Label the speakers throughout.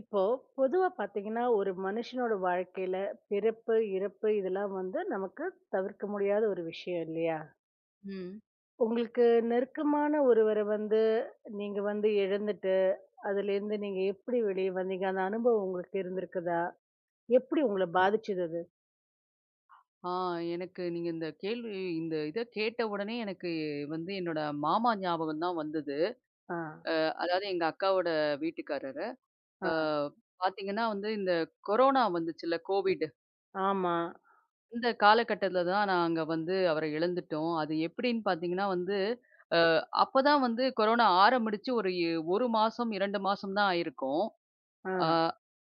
Speaker 1: இப்போ பொதுவா பாத்தீங்கன்னா, ஒரு மனுஷனோட வாழ்க்கையில பிறப்பு, இறப்பு இதெல்லாம் வந்து நமக்கு தவிர்க்க முடியாத ஒரு விஷயம் இல்லையா?
Speaker 2: ம்.
Speaker 1: உங்களுக்கு நெருக்கமான ஒருவர வந்து நீங்க வந்து இழந்துட்டு, அதுலேருந்து நீங்க எப்படி வெளிய வந்தீங்க? அந்த அனுபவம் உங்களுக்கு இருந்திருக்குதா? எப்படி உங்கள பாதிச்சது அது?
Speaker 2: ஆ எனக்கு நீங்க இந்த கேள்வி இந்த இத கேட்ட உடனே எனக்கு வந்து என்னோட மாமா ஞாபகம் தான் வந்தது.
Speaker 1: ஆ,
Speaker 2: அதாவது எங்க அக்காவோட வீட்டுக்காரரு.
Speaker 1: ஆ,
Speaker 2: அ பார்த்தீங்கன்னா வந்து இந்த கொரோனா வந்துச்சுல்ல கோவிட்.
Speaker 1: ஆமா.
Speaker 2: அந்த காலகட்டத்தில தான் நாங்க வந்து அவர இழந்துட்டோம். அது எப்படின்னு பார்த்தீங்கன்னா வந்து, அ அப்பதான் வந்து கொரோனா ஆரம்பிச்சு ஒரு 1 மாசம், 2 மாசம் தான் ஆயிருக்கும்.
Speaker 1: ஆ,
Speaker 2: ஆ,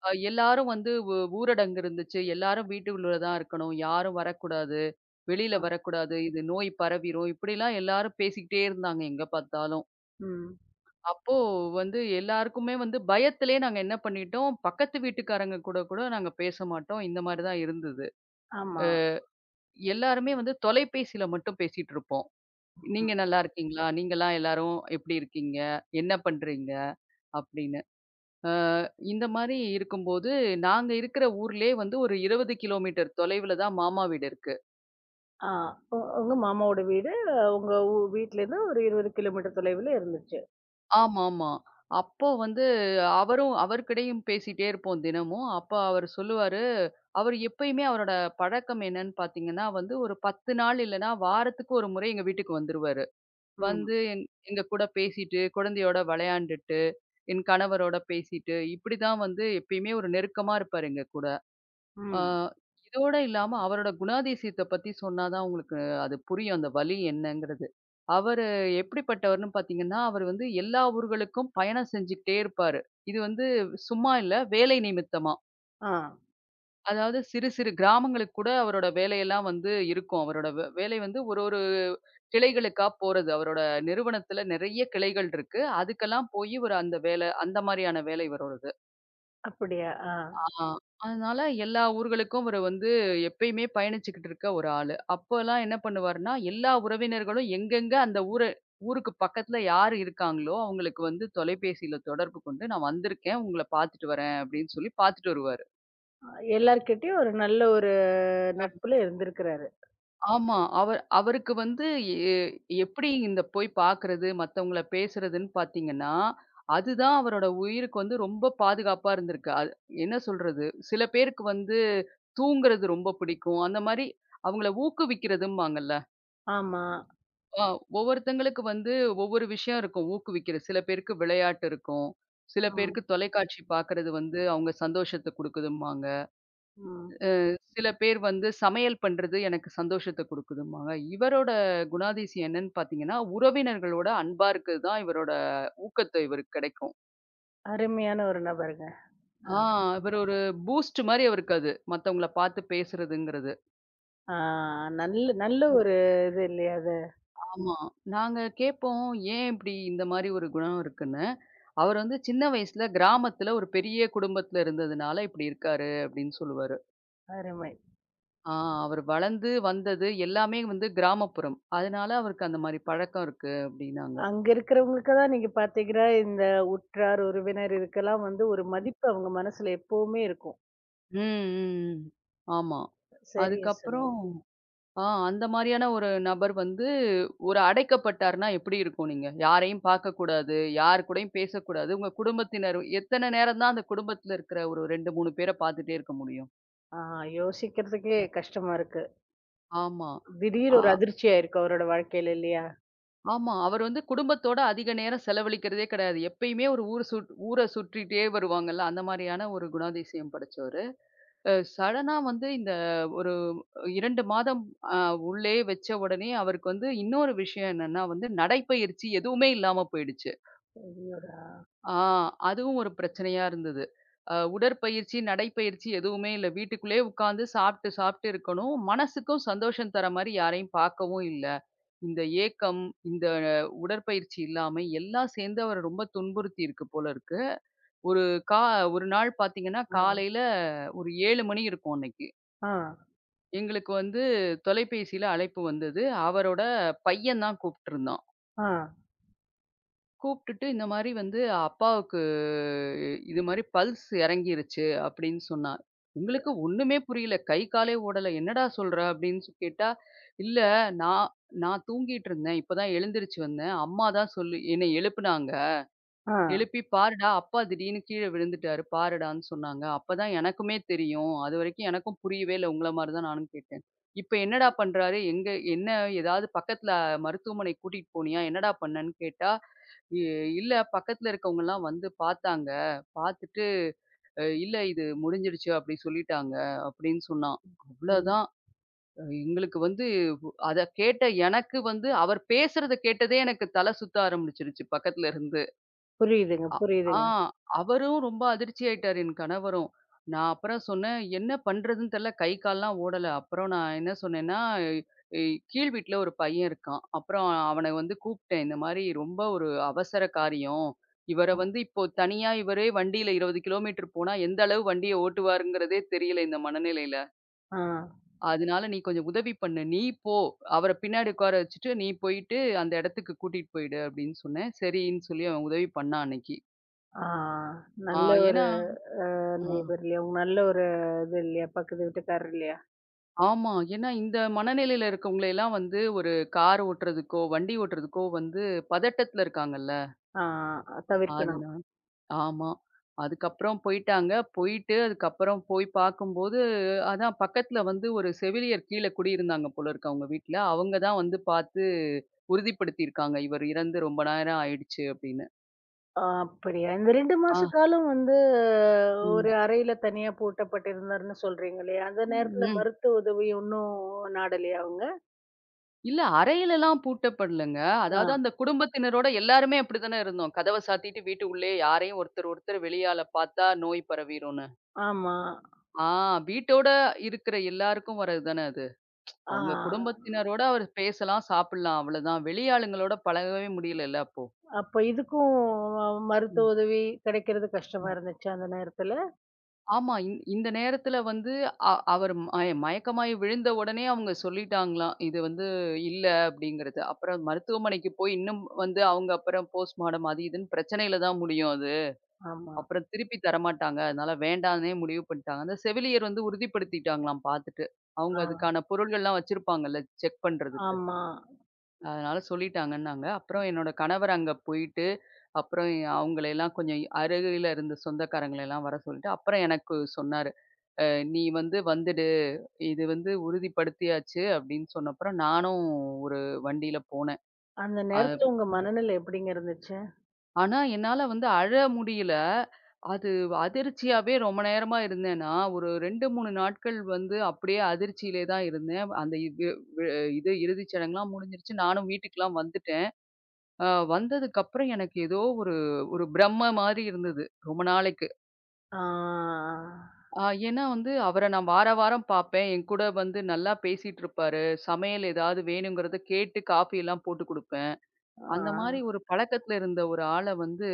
Speaker 2: அ எல்லாரும் வந்து ஊரடங்கு இருந்துச்சு. எல்லாரும் வீட்டுக்குள்ள தான் இருக்கணும். யாரும் வரக்கூடாது. வெளியில
Speaker 1: ஆ,
Speaker 2: வரக்கூடாது. இது நோய் பரவிரும். இப்படிலாம் எல்லாரும் பேசிக்கிட்டே இருந்தாங்க எங்க பார்த்தாலும்.
Speaker 1: ம்.
Speaker 2: அப்போ வந்து எல்லாருக்குமே வந்து பயத்திலே நாங்க என்ன பண்ணிட்டோம், பக்கத்து வீட்டுக்காரங்க கூட கூட நாங்க பேச மாட்டோம். இந்த மாரி தான் இருந்தது.
Speaker 1: ஆமா.
Speaker 2: எல்லாருமே வந்து தொலைபேசியில மட்டும் பேசிட்டு இருப்போம். "நீங்க
Speaker 1: ம்.
Speaker 2: நல்லா இருக்கீங்களா? நீங்கலாம் எல்லாரும் எப்படி இருக்கீங்க? என்ன பண்றீங்க?" அப்படின்னு. அ இந்த மாரி இருக்கும்போது, நாங்க இருக்கிற ஊர்லயே வந்து ஒரு 20 கிலோமீட்டர் தொலைவுல தான் மாமா வீடு இருக்கு.
Speaker 1: ஆ, உங்க மாமாவோட வீடு, உங்க வீட்லேருந்து ஒரு 20 கிலோமீட்டர் தொலைவுல இருந்துச்சு.
Speaker 2: ஆமாமா. அப்போ வந்து அவரும் அவர்கிட்டயும் பேசிட்டே இருப்போம் தினமும். அப்ப அவரு சொல்லுவாரு, அவரு எப்பயுமே அவரோட பழக்கம் என்னன்னு பார்த்தீங்கன்னா, வந்து ஒரு 10 நாள் இல்லன்னா வாரத்துக்கு ஒரு முறை எங்க வீட்டுக்கு வந்துருவாரு.
Speaker 1: ம்,
Speaker 2: வந்து எங்க கூட பேசிட்டு, குழந்தையோட விளையாண்டுட்டு, என் கணவரோட பேசிட்டு, இப்படிதான் வந்து எப்பயுமே ஒரு நெருக்கமா இருப்பாரு எங்க கூட. ஆ,
Speaker 1: ம்.
Speaker 2: இதோட இல்லாம அவரோட குணாதிசயத்த பத்தி சொன்னா தான் உங்களுக்கு அது புரியும். அந்த வலி என்னங்கிறது. அவரு எப்படிப்பட்டவர்ன்னு பார்த்தீங்கன்னா, அவரு வந்து எல்லா ஊர்களுக்கும் பயணம் செஞ்சுக்கிட்டே இருப்பாரு. இது வந்து சும்மா இல்ல, வேலை நிமித்தமா.
Speaker 1: ஆ.
Speaker 2: அதாவது சிறு சிறு கிராமங்களுக்கு கூட அவரோட வேலையெல்லாம் வந்து இருக்கும். அவரோட வேலை வந்து ஒரு ஒரு கிளைகளுக்கா போறது. அவரோட நிறுவனத்துல நெறைய கிளைகள் இருக்கு. அதுக்கெல்லாம் போயி ஒரு அந்த வேலை அந்த மாரியான வேலை இவரோடது.
Speaker 1: அப்படியா? ஆ.
Speaker 2: ஆ. அதனால எல்லா ஊர்களுக்கும் இவரு வந்து எப்பயுமே பயணிச்சுக்கிட்டு இருக்க ஒரு ஆளு. அப்போலாம் என்ன பண்ணுவாருன்னா, எல்லா உறவினர்களும் எங்கெங்க அந்த ஊருக்கு பக்கத்துல யார் இருக்காங்களோ, அவங்களுக்கு வந்து தொலைபேசியில தொடர்பு கொண்டு, "நான் வந்திருக்கேன். உங்கள பார்த்துட்டு வரேன்" அப்படின்னு சொல்லி பார்த்துட்டு வருவாரு.
Speaker 1: எல்லார்கிட்டயும் ஒரு நல்ல ஒரு நட்புல இருந்திருக்கிறாரு.
Speaker 2: ஆமா. அவருக்கு வந்து எ எப்படி இந்த போய் பார்க்குறது, மத்தவங்கள பேசுறதுன்னு பார்த்தீங்கன்னா, அதுதான் அவரோட உயிருக்கு வந்து ரொம்ப பாதுகாப்பா இருந்திருக்கு. அது என்ன சொல்றது? சில பேருக்கு வந்து தூங்குறது ரொம்ப பிடிக்கும். அந்த மாரி அவங்கள ஊக்குவிக்கிறதும்பாங்கல்ல.
Speaker 1: ஆமா.
Speaker 2: ஆ ஒவ்வொருத்தங்களுக்கு வந்து ஒவ்வொரு விஷயம் இருக்கும் ஊக்குவிக்கிற. சில பேருக்கு விளையாட்டு இருக்கும். சில
Speaker 1: ம்.
Speaker 2: பேருக்கு தொலைக்காட்சி பார்க்குறது வந்து அவங்க சந்தோஷத்த குடுக்குதும்பாங்க.
Speaker 1: ம்.
Speaker 2: சில பேர் வந்து சமையல் பண்றது எனக்கு சந்தோஷத்த குடுக்குதும்பாங்க. இவரோட குணாதிசயம் என்னன்னு பார்த்தீங்கன்னா, உறவினர்களோட அன்பா இருக்கிறது தான் இவரோட ஊக்கத்த இவருக்கு கிடைக்கும்.
Speaker 1: அருமையான ஒரு நபருங்க. ஆ.
Speaker 2: ஆ இவர் ஒரு பூஸ்ட் மாரி அவருக்கு அது. மத்தவங்கள பார்த்து பேசுறதுங்கிறது.
Speaker 1: ஆ, நல்ல நல்ல ஒரு இது இல்லையா அது?
Speaker 2: ஆமா. நாங்க கேட்போம் ஏன் இப்படி இந்த மாரி ஒரு குணம் இருக்குன்னு. அவர் வந்து சின்ன வயசுல கிராமத்துல ஒரு பெரிய குடும்பத்துல இருந்ததுனால இப்படி இருக்காரு அப்படின்னு சொல்லுவாரு.
Speaker 1: அருமை.
Speaker 2: ஆ அவர் வளர்ந்து வந்தது எல்லாமே வந்து கிராமப்புறம். அதனால அவருக்கு அந்த மாரி பழக்கம் இருக்கு அப்படின்னாங்க.
Speaker 1: அங்க இருக்கிறவங்களுக்கு தான் நீங்க பார்த்தீங்கன்னா, இந்த உற்றார், உறவினர் இதுக்கெல்லாம் வந்து ஒரு மதிப்பு அவங்க மனசுல எப்பவுமே இருக்கும்.
Speaker 2: ம், ம், ம். ஆமா.
Speaker 1: சரியா சொன்னீங்க.
Speaker 2: அதுக்கப்புறம் அந்த மாரியான ஒரு நபர் வந்து ஒரு அடைக்கப்பட்டார்ன்னா எப்படி இருக்கும் நீங்க? யாரையும் பார்க்கக்கூடாது, யார் கூடயும் பேசக்கூடாது. உங்க குடும்பத்தினர் எத்தன நேரம் தான் அந்த குடும்பத்தில இருக்கிற ஒரு 2, 3 பேர பார்த்துட்டே இருக்க முடியும்?
Speaker 1: ஆ, யோசிக்கிறதுக்கே கஷ்டமா இருக்கு.
Speaker 2: ஆமா.
Speaker 1: திடீர்
Speaker 2: ஆ
Speaker 1: ஒரு அதிர்ச்சி ஆயிருக்கு அவரோட வாழ்க்கையில இல்லையா?
Speaker 2: ஆமா. அவர் வந்து குடும்பத்தோட அதிக நேரம் செலவழிக்கிறதே கிடையாது. எப்பயுமே ஒரு ஊர் ஊர சுற்றிட்டே வருவாங்கல்ல, அந்த மாரியான ஒரு குணாதிசயம் படைச்சவரு. சடனா வந்து இந்த ஒரு 2 மாதம் அ உள்ளே வச்ச உடனே அவருக்கு வந்து இன்னொரு விஷயம் என்னன்னா வந்து நடைப்பயிற்சி எதுவுமே இல்லாம போயிடுச்சு.
Speaker 1: அய்யடா!
Speaker 2: ஆ அதுவும் ஒரு பிரச்சனையா இருந்தது. உடற்பயிற்சி, நடைப்பயிற்சி எதுவுமே இல்ல. வீட்டுக்குள்ளேயே உட்கார்ந்து சாப்ட்டு, சாப்ட்டு இருக்கணும். மனசுக்கும் சந்தோஷம் தர மாரி யாரையும் பார்க்கவும் இல்ல. இந்த ஏக்கம், இந்த உடற்பயிற்சி இல்லாமை எல்லாம் சேர்ந்து அவர ரொம்ப துன்புறுத்தி இருக்கு போல இருக்கு. ஒரு கா ஒரு நாள் பார்த்தீங்கன்னா,
Speaker 1: ஆ.
Speaker 2: காலையில ஒரு 7 மணி இருக்கும் அன்னைக்கு.
Speaker 1: ஆ.
Speaker 2: எங்களுக்கு வந்து தொலைபேசியில அழைப்பு வந்தது. அவரோட பையன் தான் கூப்ட்டுருந்தான்.
Speaker 1: ஆ.
Speaker 2: கூப்ட்டுட்டு இந்த மாரி வந்து அப்பாவுக்கு இது மாரி பல்ஸ் இறங்கிருச்சு அப்படின்னு சொன்னான். எங்களுக்கு ஒண்ணுமே புரியல. கை காலே ஓடல. "என்னடா சொல்ற?" அப்படின்னு கேட்டா, "இல்ல நான் நான் தூங்கிட்டு இருந்தேன். இப்ப தான் எழுந்திருச்சு வந்தேன். அம்மா தான் சொல்லி என்னை எழுப்புனாங்க."
Speaker 1: ஆ.
Speaker 2: எழுப்பி "பாருடா, அப்பா திடீர்னு கீழ விழுந்துட்டாரு பாருடான்னு" சொன்னாங்க. அப்பதான் எனக்குமே தெரியும். அதுவரைக்கும் எனக்கும் புரியவே இல்ல. உங்கள மாரி தான் நானும் கேட்டேன். "இப்ப என்னடா பண்றாரு? எங்க என்ன ஏதாவது பக்கத்துல மருத்துவமனைக்கு கூட்டிட்டு போனியா? என்னடா பண்ணன்னு?" கேட்டா, "இ இல்ல பக்கத்துல இருக்கவங்கலாம் வந்து பாத்தாங்க. பாத்துட்டு இல்ல இது முடிஞ்சிடுச்சு அப்படி சொல்லிட்டாங்க" அப்படின்னு சொன்னான்.
Speaker 1: ம்.
Speaker 2: அவ்ளோதான். எங்களுக்கு வந்து அத கேட்ட எனக்கு வந்து அவர் பேசுறத கேட்டதே எனக்கு தல சுத்த ஆரம்பிச்சுருச்சு பக்கத்துல இருந்து.
Speaker 1: புரியுதுங்க,
Speaker 2: அ ஆ
Speaker 1: புரியுதுங்க.
Speaker 2: அவரும் ரொம்ப அதிர்ச்சி ஆயிட்டாரு என் கணவரும். நான் அப்புறம் சொன்னேன், "என்ன பண்றதுன்னு தெரியல. கை கால்லாம் ஓடல." அப்புறம் நான் என்ன சொன்னேன்னா, இ இ- கீழ் வீட்ல ஒரு பையன் இருக்கான். அப்புறம் அவன வந்து கூப்பிட்டேன். இந்த மாரி ரொம்ப ஒரு அவசர காரியம். இவர வந்து இப்போ தனியா இவரே வண்டியில 20 கிலோமீட்டர் போனா எந்த அளவு வண்டிய ஓட்டுவாருங்கிறதே தெரியல இந்த மனநிலையில.
Speaker 1: ஆ,
Speaker 2: அதனால நீ கொஞ்சம் உதவி பண்ணு. நீ போ. அவர பின்னாடி உட்கார வச்சுட்டு நீ போயிட்டு அந்த இடத்துக்கு கூட்டிட்டு போயிடு அப்படின்னு சொன்னேன். சரின்னு சொல்லி அவன் உதவி பண்ணான் அன்னைக்கு.
Speaker 1: ஆ.
Speaker 2: ஆ
Speaker 1: நல்ல ஒரு
Speaker 2: ஏன்னா
Speaker 1: அ
Speaker 2: ஆ,
Speaker 1: நெய்பர் இல்லையா? உங்க நல்ல ஒரு இது இல்லையா? பக்கத்து வீட்டுக்காரர் இல்லையா?
Speaker 2: ஆமா. ஏன்னா இந்த மனநிலையில இருக்கவங்கள எல்லாம் வந்து ஒரு கார் ஓட்டுறதுக்கோ, வண்டி ஓட்டுறதுக்கோ வந்து பதட்டத்துல இருக்காங்கல்ல.
Speaker 1: ஆ, தவிர்க்கணும்.
Speaker 2: அதனால ஆமா. அதுக்கப்புறம் போயிட்டாங்க. போயிட்டு அதுக்கப்புறம் போய் பார்க்கும்போது, அதான் பக்கத்துல வந்து ஒரு செவிலியர் கீழ குடியிருந்தாங்க போல இருக்கு அவங்க வீட்ல. அவங்க தான் வந்து பார்த்து உறுதிப்படுத்தியிருக்காங்க. இவர் இறந்து ரொம்ப நேரம் ஆயிடுச்சு அப்படின்னு.
Speaker 1: ஆ, அப்படியா? இந்த 2
Speaker 2: ஆ.
Speaker 1: மாச காலம் வந்து
Speaker 2: ம்.
Speaker 1: ஒரு அறையில தனியா பூட்டப்பட்டிருந்தாருன்னு சொல்றீங்க இல்லையா? அந்த நேரத்துல
Speaker 2: ம்.
Speaker 1: மருத்துவ உதவி ஒண்ணும் நாடலையா அவங்க?
Speaker 2: இல்ல அறையிலலாம் பூட்டப்படலங்க.
Speaker 1: ஆ.
Speaker 2: அதாவது அந்த குடும்பத்தினரோட எல்லாருமே அப்படித்தானே இருந்தோம். கதவ சாத்திட்டு வீட்டு உள்ளயே யாரையும் ஒருத்தர், ஒருத்தர் வெளியால பார்த்தா நோய் பரவிரும்னு.
Speaker 1: ஆமா.
Speaker 2: ஆ வீட்டோட இருக்கிற எல்லாருக்கும் வர்றதுதானே அது.
Speaker 1: ஆ.
Speaker 2: அவங்க குடும்பத்தினரோட அவர் பேசலாம், சாப்பிடலாம் அவ்வளோதான். வெளியாளுங்களோட பழகவே முடியலல்ல அப்போ.
Speaker 1: அப்ப இதுக்கும்
Speaker 2: ம்,
Speaker 1: மருத்துவ உதவி கிடைக்கிறது கஷ்டமா
Speaker 2: ம்.
Speaker 1: இருந்துச்சா அந்த நேரத்துல?
Speaker 2: ஆமா. இந்த நேரத்துல வந்து அவர் மயக்கமாயி விழுந்த உடனே அவங்க சொல்லிட்டாங்களாம். இது வந்து இல்ல அப்படிங்கிறது. அப்புறம் மருத்துவமனைக்கு போய் இன்னும் வந்து அவங்க அப்புறம் போஸ்ட்மார்டம் அது இதுன்னு பிரச்சனையில தான் முடியும் அது.
Speaker 1: ஆமா.
Speaker 2: அப்புறம் திருப்பி தரமாட்டாங்க. அதனால வேண்டான்னே முடிவு பண்ணிட்டாங்க. அந்த செவிலியர் வந்து உறுதிப்படுத்திட்டாங்களாம் பார்த்துட்டு. அவங்க
Speaker 1: ஆ.
Speaker 2: அதுக்கான பொருள்கள்லாம் வச்சிருப்பாங்கல்ல செக் பண்றதுக்கு.
Speaker 1: ஆமா.
Speaker 2: அதனால சொல்லிட்டாங்கன்னாங்க. அப்புறம் என்னோட கணவர் அங்க போயிட்டு, அப்புறம் அவங்களையெல்லாம் கொஞ்சம் அருகில இருந்த சொந்தக்காரங்களெல்லாம் வர சொல்லிட்டு, அப்புறம் எனக்கு சொன்னாரு. "அ நீ வந்து வந்துடு. இது வந்து உறுதிப்படுத்தியாச்சு" அப்படின்னு சொன்னப்புறம் நானும் ஒரு வண்டியில போனேன்.
Speaker 1: அந்த
Speaker 2: அ
Speaker 1: நேரத்துல உங்க மனநிலை எப்படிங்க இருந்துச்சு?
Speaker 2: ஆனா, என்னால வந்து அழ முடியல. அது அதிர்ச்சியாவே ரொம்ப நேரமா இருந்தேனா, ஒரு 2, 3 நாட்கள் வந்து அப்படியே அதிர்ச்சியிலே தான் இருந்தேன். அந்த இது வி இது இறுதிச் சடங்குலாம் முடிஞ்சிருச்சு. நானும் வீட்டுக்குலாம் வந்துட்டேன். அ வந்ததுக்கப்புறம் எனக்கு ஏதோ ஒரு ஒரு பிரம்மை மாரி இருந்தது, ரொம்ப நாளைக்கு.
Speaker 1: ஆ.
Speaker 2: அ ஏன்னா வந்து அவர நான் வார வாரம் பாப்பேன். என்கூட வந்து நல்லா பேசிட்டு இருப்பாரு. சமையல் ஏதாவது வேணுங்கிறத கேட்டு காஃபியெல்லாம் போட்டுக் குடுப்பேன்.
Speaker 1: ஆ.
Speaker 2: அந்த மாரி ஒரு பழக்கத்துல இருந்த ஒரு ஆள வந்து,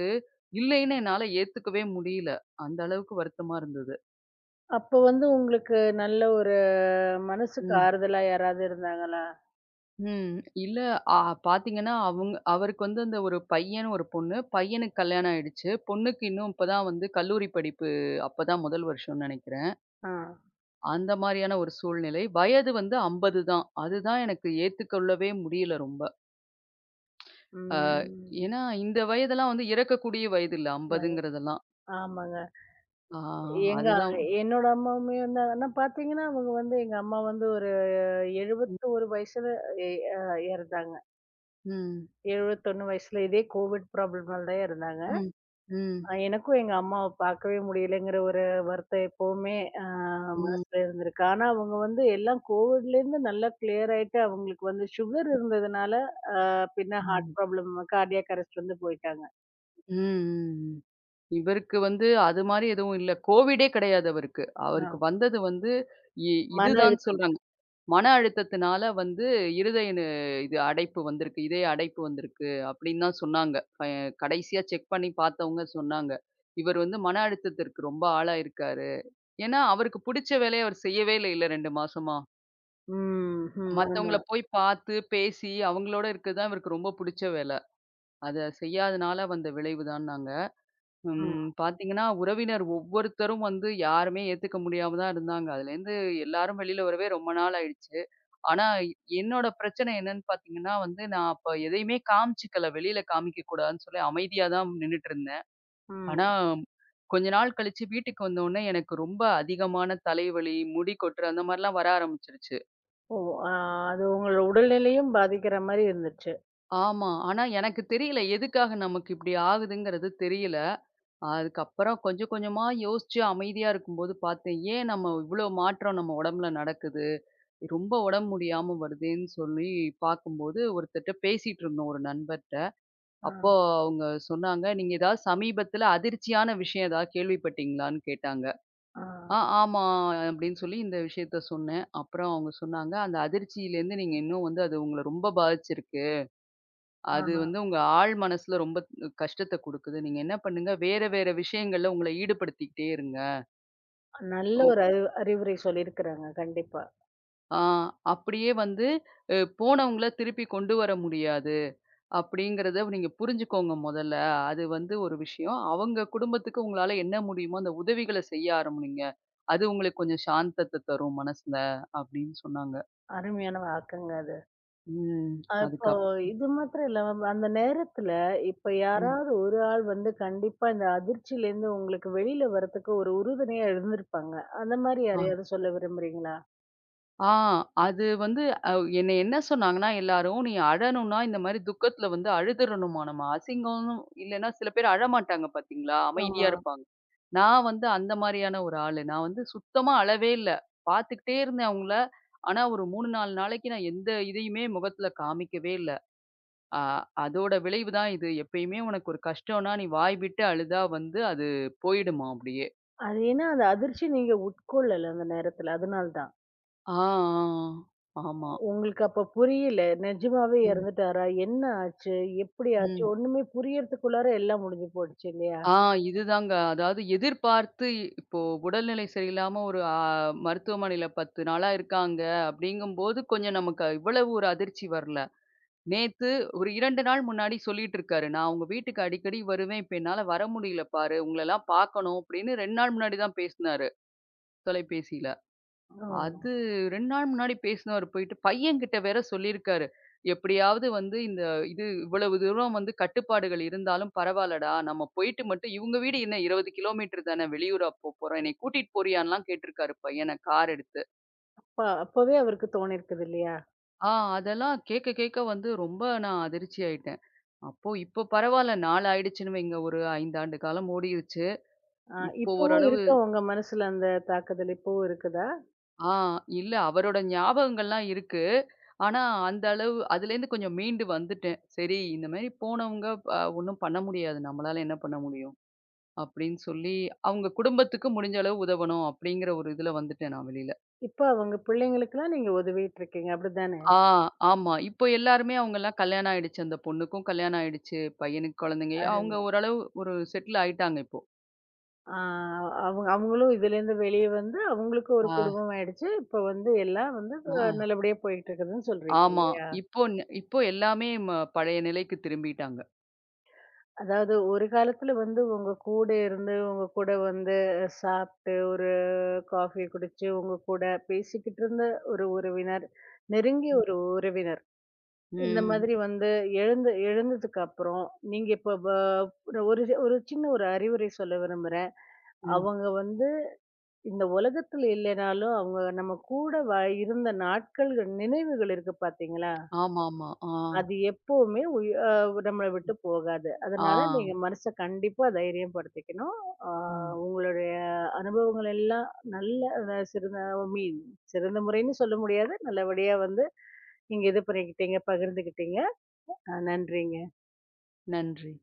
Speaker 2: இல்லைன்னு என்னால ஏத்துக்கவே முடியல. அந்த அளவுக்கு வருத்தமா இருந்தது.
Speaker 1: அப்போ வந்து உங்களுக்கு நல்ல ஒரு மனசுக்கு
Speaker 2: ம்.
Speaker 1: ஆறுதலா யாராவது இருந்தாங்களா?
Speaker 2: ம். இல்ல அ பாத்தீங்கன்னா, அவங்க அவருக்கு வந்து அந்த ஒரு பையன், ஒரு பொண்ணு. பையனுக்கு கல்யாணம் ஆயிடுச்சு. பொண்ணுக்கு இன்னும் இப்பதான் வந்து கல்லூரி படிப்பு அப்பதான் முதல் வருஷம்னு நெனைக்கிறேன்.
Speaker 1: ஆ.
Speaker 2: அந்த மாரியான ஒரு சூழ்நிலை. வயது வந்து 50 தான். அதுதான் எனக்கு ஏத்துக்கொள்ளவே முடியல ரொம்ப. அ
Speaker 1: ம்.
Speaker 2: ஏன்னா இந்த வயதெல்லாம் வந்து இறக்கக்கூடிய வயது இல்ல
Speaker 1: வய
Speaker 2: 50ங்கிறதெல்லாம்.
Speaker 1: ஆமாங்க.
Speaker 2: ஆ
Speaker 1: எங்க,
Speaker 2: அதுதான்.
Speaker 1: என்னோட அம்மாவுமே வந்து, ஆனா பார்த்தீங்கன்னா, அவங்க வந்து, எங்க அம்மா வந்து ஒரு
Speaker 2: ம்.
Speaker 1: 71 வயசுல எ அ இறந்தாங்க.
Speaker 2: ம்.
Speaker 1: 71 வயசுல இதே கோவிட் ப்ராப்ளமால தான் இறந்தாங்க.
Speaker 2: ம். ம்.
Speaker 1: எனக்கும் எங்க அம்மாவ பார்க்கவே முடியலங்கிற ஒரு வருத்தம் எப்பவுமே அ
Speaker 2: ம்.
Speaker 1: மனசுல இருந்திருக்கு. ஆனா, அவங்க வந்து எல்லாம் கோவிட்லேருந்து நல்லா கிளியர் ஆயிட்டு, அவங்களுக்கு வந்து சுகர் இருந்ததுனால, அ பின்ன ஹார்ட்
Speaker 2: ம்.
Speaker 1: ப்ராப்ளம், கார்டியாக் அரெஸ்ட் வந்து போயிட்டாங்க.
Speaker 2: ம். ம். இவருக்கு வந்து அது மாரி எதுவும் இல்ல. கோவிடே கிடையாது அவருக்கு. அவருக்கு
Speaker 1: அ
Speaker 2: வந்தது வந்து இ
Speaker 1: மன
Speaker 2: இதுதான்
Speaker 1: அழுத்தம்.
Speaker 2: சொல்றாங்க. மன அழுத்தத்தினால வந்து இருதய நு இது அடைப்பு வந்திருக்கு. இதய அடைப்பு வந்திருக்கு அப்படின்னு தான் சொன்னாங்க. அ கடைசியா செக் பண்ணி பார்த்தவங்க சொன்னாங்க. இவர் வந்து மன அழுத்தத்திற்கு ரொம்ப ஆளாயிருக்காரு. ஏன்னா அவருக்கு புடிச்ச வேலைய அவர் செய்யவே இல்லைல்ல 2 மாசமா.
Speaker 1: ம், ம்.
Speaker 2: மத்தவங்கள
Speaker 1: ஆமா.
Speaker 2: போய் பார்த்து, பேசி அவங்களோட இருக்கிறது தான் இவருக்கு ரொம்ப புடிச்ச வேல. அத செய்யாதனால வந்த விளைவு தான்னாங்க. ம்.
Speaker 1: ம்,
Speaker 2: பார்த்தீங்கன்னா, உறவினர் ஒவ்வொருத்தரும் வந்து யாருமே ஏத்துக்க முடியாம தான் இருந்தாங்க. அதுலேருந்து எல்லாரும் வெளில வரவே ரொம்ப நாள் ஆயிடுச்சு. ஆனா, என்னோட பிரச்சனை என்னன்னு பார்த்தீங்கன்னா வந்து, நான் அப்ப எதையுமே காமிச்சுக்கல. வெளில காமிக்கக்கூடாதுன்னு சொல்லி அமைதியா தான் நின்னுட்டுருந்தேன். ஆனா,
Speaker 1: ம்.
Speaker 2: கொஞ்ச நாள் கழிச்சு வீட்டுக்கு வந்தோனே எனக்கு ரொம்ப அதிகமான தலைவலி, முடி கொட்டுற அந்த மாரிலாம் வர ஆரம்பிச்சுருச்சு.
Speaker 1: ஓ! அ அது உங்களோட உடல்நிலையும் பாதிக்கிற மாரி இருந்துச்சு.
Speaker 2: ஆமா. ஆனா, எனக்கு தெரியல எதுக்காக நமக்கு இப்டி ஆகுதுங்கிறது தெரியல. அதுக்கப்புறம் கொஞ்சம் கொஞ்சமா யோசிச்சு அமைதியா இருக்கும்போது பார்த்தேன், ஏன் நம்ம இவ்ளோ மாற்றம் நம்ம உடம்புல நடக்குது? ரொம்ப உடம்பு முடியாம வருதேன்னு சொல்லி பார்க்கும்போது, ஒருத்தர்ட்ட பேசிட்டு இருந்தோம் ஒரு நண்பர்ட்ட.
Speaker 1: அ,
Speaker 2: அப்போ அவங்க சொன்னாங்க, "நீங்க ஏதாவது சமீபத்தில அதிர்ச்சியான விஷயம் ஏதாவது கேள்விப்பட்டீங்களான்னு?" கேட்டாங்க.
Speaker 1: அ,
Speaker 2: ஆமா" அப்படின்னு சொல்லி இந்த விஷயத்த சொன்னேன். அப்புறம் அவங்க சொன்னாங்க, "அந்த அதிர்ச்சியிலேருந்து நீங்க இன்னும் வந்து அது உங்கள ரொம்ப பாதிச்சிருக்கு. அது
Speaker 1: ஆமா.
Speaker 2: வந்து உங்க ஆழ் மனசுல ரொம்ப கஷ்டத்த குடுக்குது. நீங்க என்ன பண்ணுங்க, வேற வேற விஷயங்கள்ல உங்கள ஈடுபடுத்திக்கிட்டே இருங்க.
Speaker 1: நல்ல
Speaker 2: ஓ!
Speaker 1: ஒரு அறிவுரை சொல்லியிருக்கிறாங்க. கண்டிப்பா.
Speaker 2: ஆ அப்படியே வந்து போனவங்கள திருப்பி கொண்டு வர முடியாது. அப்படிங்கிறத நீங்க புரிஞ்சுக்கோங்க மொதல்ல. அது வந்து ஒரு விஷயம். அவங்க குடும்பத்துக்கு உங்களால என்ன முடியுமோ அந்த உதவிகள செய்ய ஆரம்பிங்க. அது உங்களுக்கு கொஞ்சம் சாந்தத்த தரும் மனசுல அப்படின்னு சொன்னாங்க.
Speaker 1: அருமையான வாக்குங்க அது.
Speaker 2: ம்.
Speaker 1: இப்போ
Speaker 2: அதுக்கப்
Speaker 1: இது மாத்திரம் இல்லாம, அந்த நேரத்துல இப்ப
Speaker 2: ம்.
Speaker 1: யாராவது ஒரு ஆள் வந்து கண்டிப்பா இந்த அதிர்ச்சியிலேருந்து உங்களுக்கு வெளியில வரதுக்கு ஒரு உறுதுணையா இருந்திருப்பாங்க. அந்த மாரி
Speaker 2: ஆ.
Speaker 1: யாரையாவது சொல்ல விரும்புறீங்களா?
Speaker 2: ஆ அது வந்து அவ் என்னை என்ன சொன்னாங்கன்னா எல்லாரும், "நீ அழணும்னா இந்த மாரி துக்கத்துல வந்து அழுதுறணுமா நம்ம. அசிங்கம் இல்லைன்னா" சில பேர் அழமாட்டாங்க பார்த்தீங்களா? அமைதியா
Speaker 1: ஆமா.
Speaker 2: இருப்பாங்க. நான் வந்து அந்த மாரியான ஒரு ஆளு. நான் வந்து சுத்தமா அழவே இல்ல. பார்த்துக்கிட்டே இருந்தேன் அவங்கள. ஆனா, ஒரு 3, 4 நாளைக்கு நான் எந்த இதையுமே முகத்துல காமிக்கவே இல்ல. அ அதோட விளைவு தான் இது. எப்பயுமே உனக்கு ஒரு கஷ்டம்னா, நீ வாய் விட்டு அழுதா வந்து அது போயிடுமாம் அப்படியே.
Speaker 1: அது ஏன்னா அந்த அதிர்ச்சி நீங்க உட்கொள்ளல அந்த நேரத்துல. அதனால தான்.
Speaker 2: ஆ, ஆ, ஆ. ஆமா.
Speaker 1: உங்களுக்கு அப்ப புரியல. நிஜமாவே
Speaker 2: ம்,
Speaker 1: இறந்துட்டாரா? என்ன ஆச்சு? எப்படி ஆச்சு?
Speaker 2: ம்.
Speaker 1: ஒண்ணுமே புரியறதுக்குள்ளார எல்லாம் முடிஞ்சு போயிடுச்சு இல்லையா?
Speaker 2: ஆ இதுதாங்க. அதாவது எதிர்பார்த்து இப்போ உடல்நிலை சரியில்லாம ஒரு அ மருத்துவமனையில 10 நாளா இருக்காங்க அப்படிங்கும்போது, கொஞ்சம் நமக்கு இவ்வளவு ஒரு அதிர்ச்சி வரல. நேத்து ஒரு 2 நாள் முன்னாடி சொல்லிட்டு இருக்காரு. "நான் உங்க வீட்டுக்கு அடிக்கடி வருவேன். இப்ப என்னால வர முடியல பாரு. உங்களலாம் பார்க்கணும்." அப்படின்னு 2 நாள் முன்னாடி தான் பேசினாரு, தொலைபேசியில. அது
Speaker 1: ஓ!
Speaker 2: 2 நாள் முன்னாடி பேசினவரு போயிட்டு பையன்கிட்ட வேற சொல்லியிருக்காரு. "எப்படியாவது வந்து இந்த இது இவ்வளவு தூரம் வந்து கட்டுப்பாடுகள் இருந்தாலும் பரவால்லடா. நம்ம போயிட்டு மட்டும்" இவுங்க வீடு என்ன 20 கிலோமீட்டர் தானே வெளியூரா போப்போறோம். என்னைய கூட்டிட்டு போறியான்லாம் கேட்டிருக்காரு பையன கார் எடுத்து.
Speaker 1: அப்ப அப்பவே அவருக்கு தோணியிருக்குது இல்லையா?
Speaker 2: ஆ அதெல்லாம் கேட்க கேட்க வந்து ரொம்ப நான் அதிர்ச்சி ஆயிட்டேன். அப்போ இப்போ பரவால்ல. நாள் ஆயிடுச்சுன்னு வைங்க. ஒரு 5 ஆண்டு காலம் ஓடிருச்சு.
Speaker 1: அ
Speaker 2: இப்போ
Speaker 1: இப்பவும்
Speaker 2: ஓரளவு
Speaker 1: இருக்கா உங்க மனசுல அந்த தாக்குதல் இப்பவும் இருக்குதா?
Speaker 2: ஆ இல்ல அவரோட ஞாபகங்கள்லாம் இருக்கு. ஆனா, அந்த அளவு அதுலேருந்து கொஞ்சம் மீண்டு வந்துட்டேன். சரி இந்த மாரி போனவங்க ஒண்ணும் பண்ண முடியாது. நம்மளால என்ன பண்ண முடியும்? அப்படின்னு சொல்லி, அவங்க குடும்பத்துக்கு முடிஞ்ச அளவு உதவணும் அப்படிங்கிற ஒரு இதுல வந்துட்டேன் நான் வெளியில.
Speaker 1: இப்ப அவங்க பிள்ளைங்களுக்கெல்லாம் நீங்க உதவிட்டு இருக்கீங்க, அப்படித்தானே?
Speaker 2: ஆ ஆமா. இப்போ எல்லாருமே அவங்கலாம் கல்யாணம் ஆயிடுச்சு. அந்த பொண்ணுக்கும் கல்யாணம் ஆயிடுச்சு. பையனுக்கு குழந்தைங்க. அவங்க
Speaker 1: அருமை.
Speaker 2: ஓரளவு ஒரு செட்டில் ஆயிட்டாங்க இப்போ.
Speaker 1: ஆ, அவங்க, அவங்களும் இதுலேருந்து வெளிய வந்து அவங்களுக்கு ஒரு
Speaker 2: ஆ,
Speaker 1: குடும்பம் ஆயிடுச்சு. இப்ப வந்து எல்லாம் வந்து
Speaker 2: ஆ.
Speaker 1: நல்லபடியா போயிட்டு இருக்குதுன்னு சொல்றீங்க
Speaker 2: ஆமா.
Speaker 1: இல்லையா?
Speaker 2: இப்போ எல்லாமே பழைய நிலைக்கு திரும்பிட்டாங்க.
Speaker 1: அதாவது ஒரு காலத்துல வந்து உங்க கூட இருந்து, உங்க கூட வந்து சாப்பிட்டு, ஒரு காஃபி குடிச்சு, உங்க கூட பேசிக்கிட்டு இருந்த ஒரு உறவினர், நெருங்கிய
Speaker 2: ம்.
Speaker 1: ஒரு உறவினர். இந்த
Speaker 2: ம்.
Speaker 1: மாதிரி வந்து எழுந்ததுக்கு அப்புறம், நீங்க இப்ப ஒரு ஒரு சின்ன ஒரு அறிவுரை சொல்ல விரும்புறேன்.
Speaker 2: ம்.
Speaker 1: அவங்க வந்து இந்த உலகத்துல இல்லைனாலும் அவங்க நம்ம கூட இருந்த நாட்கள்கள், நினைவுகள் இருக்கு பார்த்தீங்களா?
Speaker 2: ஆமாமா. ஆ.
Speaker 1: அது எப்பவுமே உய் அ நம்மள விட்டு போகாது.
Speaker 2: ஆ.
Speaker 1: அதனால நீங்க மனச கண்டிப்பா தைரியப்படுத்திக்கணும். ஆ,
Speaker 2: ம்.
Speaker 1: உங்களுடைய அனுபவங்கள் எல்லாம் நல்ல, சிறந்த, ஐ மீன் சிறந்த முறைன்னு சொல்ல முடியாது. நல்லபடியா வந்து நீங்க இது பண்ணிக்கிட்டீங்க, பகிர்ந்துக்கிட்டீங்க. நன்றிங்க.
Speaker 2: நன்றி.